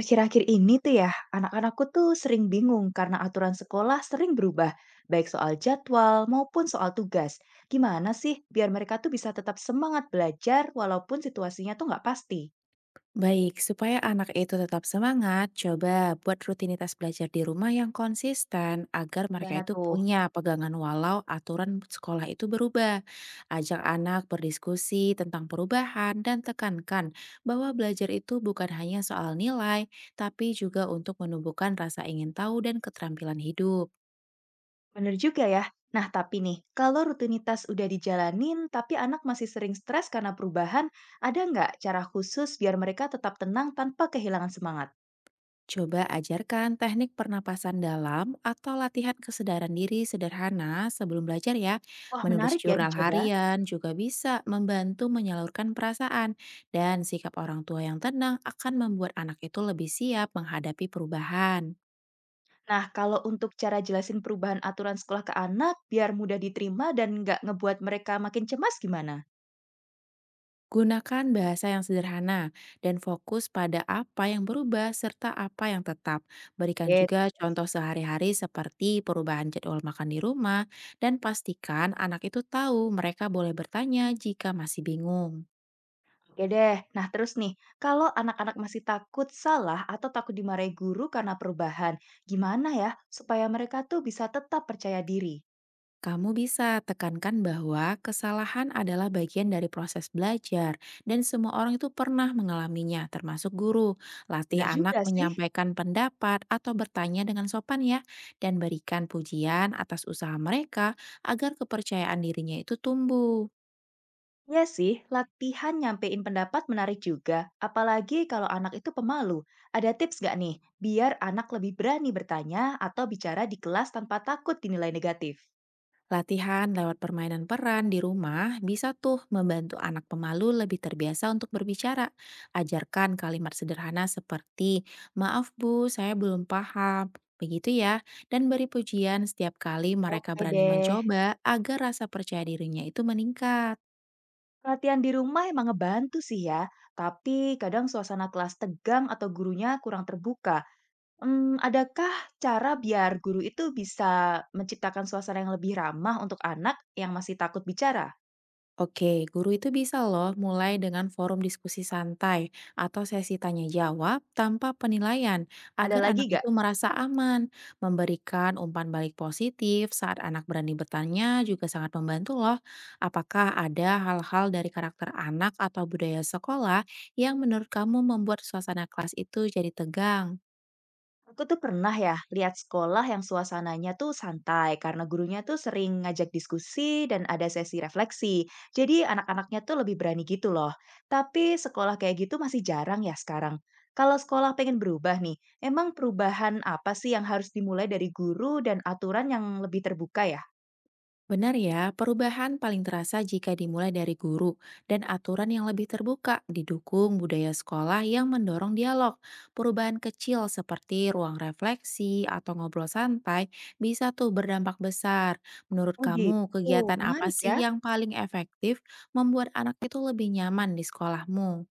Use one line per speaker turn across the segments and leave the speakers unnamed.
Akhir-akhir ini tuh ya, anak-anakku tuh sering bingung karena aturan sekolah sering berubah, baik soal jadwal maupun soal tugas. Gimana sih biar mereka tuh bisa tetap semangat belajar walaupun situasinya tuh nggak pasti?
Baik, supaya anak itu tetap semangat, coba buat rutinitas belajar di rumah yang konsisten agar mereka
Gimana
itu
tuh?
punya pegangan walau aturan sekolah itu berubah. Ajak anak berdiskusi tentang perubahan dan tekankan bahwa belajar itu bukan hanya soal nilai, tapi juga untuk menumbuhkan rasa ingin tahu dan keterampilan hidup.
Bener juga ya. Nah, tapi nih, kalau rutinitas udah dijalanin tapi anak masih sering stres karena perubahan, ada nggak cara khusus biar mereka tetap tenang tanpa kehilangan semangat?
Coba ajarkan teknik pernapasan dalam atau latihan kesedaran diri sederhana sebelum belajar ya.
Wah,
Menulis
menarik ya
jurnal
dicoba.
harian juga bisa membantu menyalurkan perasaan dan sikap orang tua yang tenang akan membuat anak itu lebih siap menghadapi perubahan.
Nah, kalau untuk cara jelasin perubahan aturan sekolah ke anak biar mudah diterima dan nggak ngebuat mereka makin cemas gimana?
Gunakan bahasa yang sederhana dan fokus pada apa yang berubah serta apa yang tetap. Berikan
Oke,
juga contoh sehari-hari seperti perubahan jadwal makan di rumah, dan pastikan anak itu tahu mereka boleh bertanya jika masih bingung.
oke deh. Nah, terus nih, kalau anak-anak masih takut salah atau takut dimarahi guru karena perubahan, gimana ya supaya mereka tuh bisa tetap percaya diri?
Kamu bisa tekankan bahwa kesalahan adalah bagian dari proses belajar, dan semua orang itu pernah mengalaminya, termasuk guru. Latih
Bener juga
anak
sih.
menyampaikan pendapat atau bertanya dengan sopan ya, dan berikan pujian atas usaha mereka agar kepercayaan dirinya itu tumbuh.
Iya sih, latihan nyampein pendapat menarik juga. Apalagi kalau anak itu pemalu. Ada tips nggak nih, biar anak lebih berani bertanya atau bicara di kelas tanpa takut dinilai negatif?
Latihan lewat permainan peran di rumah bisa tuh membantu anak pemalu lebih terbiasa untuk berbicara. Ajarkan kalimat sederhana seperti, maaf bu, saya belum paham. Begitu ya, dan beri pujian setiap kali mereka
Oke
berani
deh.
mencoba agar rasa percaya dirinya itu meningkat.
Pelatihan di rumah emang ngebantu sih ya, tapi kadang suasana kelas tegang atau gurunya kurang terbuka. Hmm, adakah cara biar guru itu bisa menciptakan suasana yang lebih ramah untuk anak yang masih takut bicara?
Oke, guru itu bisa loh mulai dengan forum diskusi santai atau sesi tanya jawab tanpa penilaian
Ada
agar
lagi
anak
gak?
itu merasa aman. Memberikan umpan balik positif saat anak berani bertanya juga sangat membantu loh. Apakah ada hal-hal dari karakter anak atau budaya sekolah yang menurut kamu membuat suasana kelas itu jadi tegang?
Aku tuh pernah ya lihat sekolah yang suasananya tuh santai karena gurunya tuh sering ngajak diskusi dan ada sesi refleksi. Jadi anak-anaknya tuh lebih berani gitu loh. Tapi sekolah kayak gitu masih jarang ya sekarang. Kalau sekolah pengen berubah nih, emang perubahan apa sih yang harus dimulai dari guru dan aturan yang lebih terbuka ya?
Benar ya, perubahan paling terasa jika dimulai dari guru dan aturan yang lebih terbuka, didukung budaya sekolah yang mendorong dialog. Perubahan kecil seperti ruang refleksi atau ngobrol santai bisa tuh berdampak besar. Menurut
Oh
kamu,
gitu,
kegiatan apa
menarik
sih
ya.
yang paling efektif membuat anak itu lebih nyaman di sekolahmu?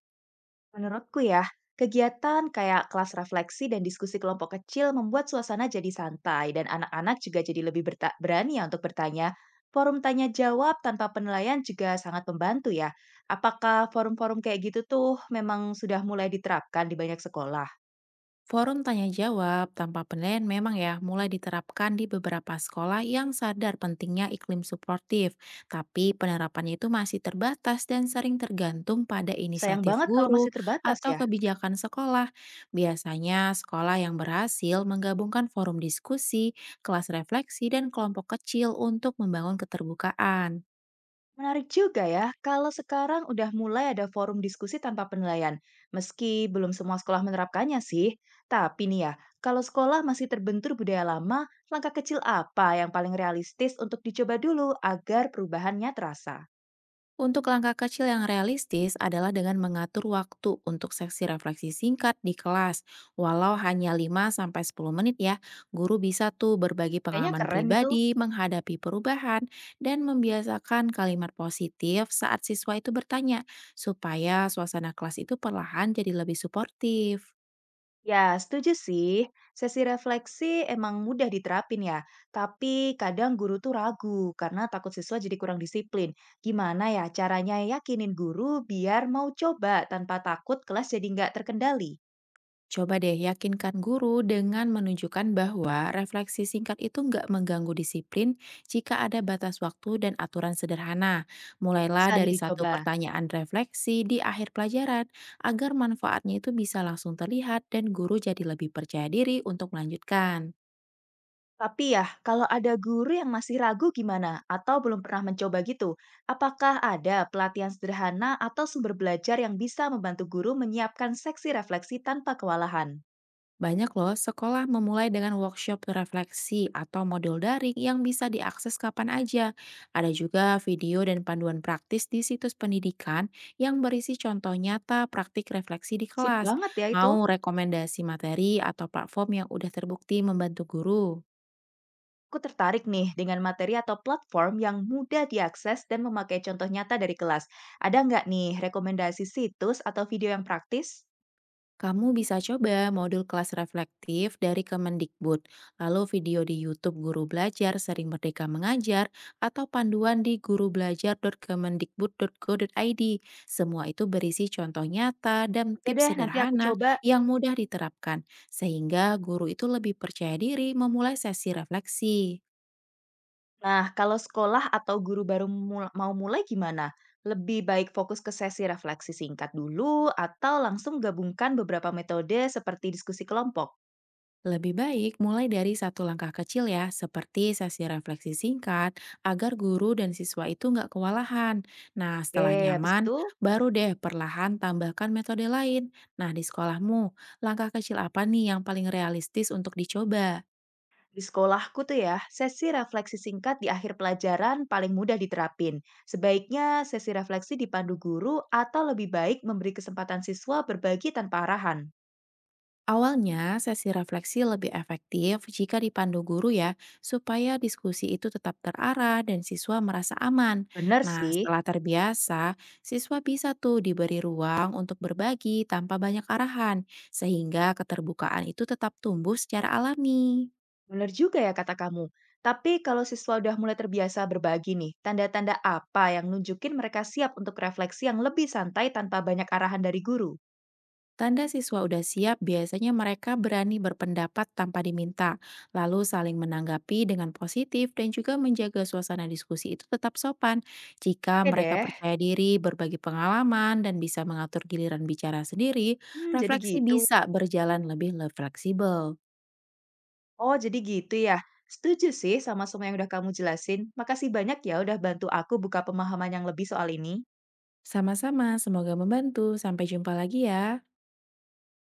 Menurutku ya, kegiatan kayak kelas refleksi dan diskusi kelompok kecil membuat suasana jadi santai dan anak-anak juga jadi lebih berani ya untuk bertanya. Forum tanya jawab tanpa penilaian juga sangat membantu ya. Apakah forum-forum kayak gitu tuh memang sudah mulai diterapkan di banyak sekolah?
Forum tanya jawab tanpa penilaian memang ya mulai diterapkan di beberapa sekolah yang sadar pentingnya iklim suportif. Tapi penerapannya itu masih terbatas dan sering tergantung pada
Sayang
inisiatif
banget kalau
guru
masih terbatas
atau
ya.
kebijakan sekolah. Biasanya sekolah yang berhasil menggabungkan forum diskusi, kelas refleksi, dan kelompok kecil untuk membangun keterbukaan.
Menarik juga ya, kalau sekarang udah mulai ada forum diskusi tanpa penilaian, meski belum semua sekolah menerapkannya sih. Tapi nih ya, kalau sekolah masih terbentur budaya lama, langkah kecil apa yang paling realistis untuk dicoba dulu agar perubahannya terasa?
Untuk langkah kecil yang realistis adalah dengan mengatur waktu untuk seksi refleksi singkat di kelas. Walau hanya 5 sampai 10 menit ya, guru bisa tuh berbagi
Kayaknya
pengalaman
keren itu.
pribadi, menghadapi perubahan, dan membiasakan kalimat positif saat siswa itu bertanya, supaya suasana kelas itu perlahan jadi lebih suportif.
Ya, setuju sih. Sesi refleksi emang mudah diterapin ya, tapi kadang guru tuh ragu karena takut siswa jadi kurang disiplin. Gimana ya caranya yakinin guru biar mau coba tanpa takut kelas jadi nggak terkendali?
Coba deh yakinkan guru dengan menunjukkan bahwa refleksi singkat itu nggak mengganggu disiplin jika ada batas waktu dan aturan sederhana. Mulailah
Bisa nih
dari satu
dicoba.
pertanyaan refleksi di akhir pelajaran agar manfaatnya itu bisa langsung terlihat dan guru jadi lebih percaya diri untuk melanjutkan.
Tapi ya, kalau ada guru yang masih ragu gimana atau belum pernah mencoba gitu, apakah ada pelatihan sederhana atau sumber belajar yang bisa membantu guru menyiapkan seksi refleksi tanpa kewalahan?
Banyak loh sekolah memulai dengan workshop refleksi atau modul daring yang bisa diakses kapan aja. Ada juga video dan panduan praktis di situs pendidikan yang berisi contoh nyata praktik refleksi di
Sip
kelas.
banget ya itu.
Mau rekomendasi materi atau platform yang udah terbukti membantu guru?
Aku tertarik nih dengan materi atau platform yang mudah diakses dan memakai contoh nyata dari kelas. Ada nggak nih rekomendasi situs atau video yang praktis?
Kamu bisa coba modul kelas reflektif dari Kemendikbud, lalu video di YouTube Guru Belajar Sering Merdeka Mengajar, atau panduan di gurubelajar.kemendikbud.go.id. Semua itu berisi contoh nyata dan
Oke
tips
deh, nanti aku
sederhana
coba.
yang mudah diterapkan, sehingga guru itu lebih percaya diri memulai sesi refleksi.
Nah, kalau sekolah atau guru baru mau mulai gimana? Lebih baik fokus ke sesi refleksi singkat dulu atau langsung gabungkan beberapa metode seperti diskusi kelompok?
Lebih baik mulai dari satu langkah kecil ya, seperti sesi refleksi singkat, agar guru dan siswa itu nggak kewalahan. Nah,
Oke,
setelah
habis
nyaman,
itu?
baru deh perlahan tambahkan metode lain. Nah, di sekolahmu, langkah kecil apa nih yang paling realistis untuk dicoba?
Di sekolahku tuh ya, sesi refleksi singkat di akhir pelajaran paling mudah diterapin. Sebaiknya sesi refleksi dipandu guru atau lebih baik memberi kesempatan siswa berbagi tanpa arahan.
Awalnya, sesi refleksi lebih efektif jika dipandu guru ya, supaya diskusi itu tetap terarah dan siswa merasa aman.
Bener
Nah,
sih,
setelah terbiasa, siswa bisa tuh diberi ruang untuk berbagi tanpa banyak arahan, sehingga keterbukaan itu tetap tumbuh secara alami.
bener juga ya kata kamu. Tapi kalau siswa udah mulai terbiasa berbagi nih, tanda-tanda apa yang nunjukin mereka siap untuk refleksi yang lebih santai tanpa banyak arahan dari guru?
Tanda siswa udah siap, biasanya mereka berani berpendapat tanpa diminta, lalu saling menanggapi dengan positif dan juga menjaga suasana diskusi itu tetap sopan. Jika
Ya
mereka
deh,
percaya diri, berbagi pengalaman, dan bisa mengatur giliran bicara sendiri,
hmm, jadi
refleksi
gitu.
bisa berjalan lebih fleksibel.
Oh, jadi gitu ya. Setuju sih sama semua yang udah kamu jelasin. Makasih banyak ya udah bantu aku buka pemahaman yang lebih soal ini.
Sama-sama, semoga membantu. Sampai jumpa lagi ya.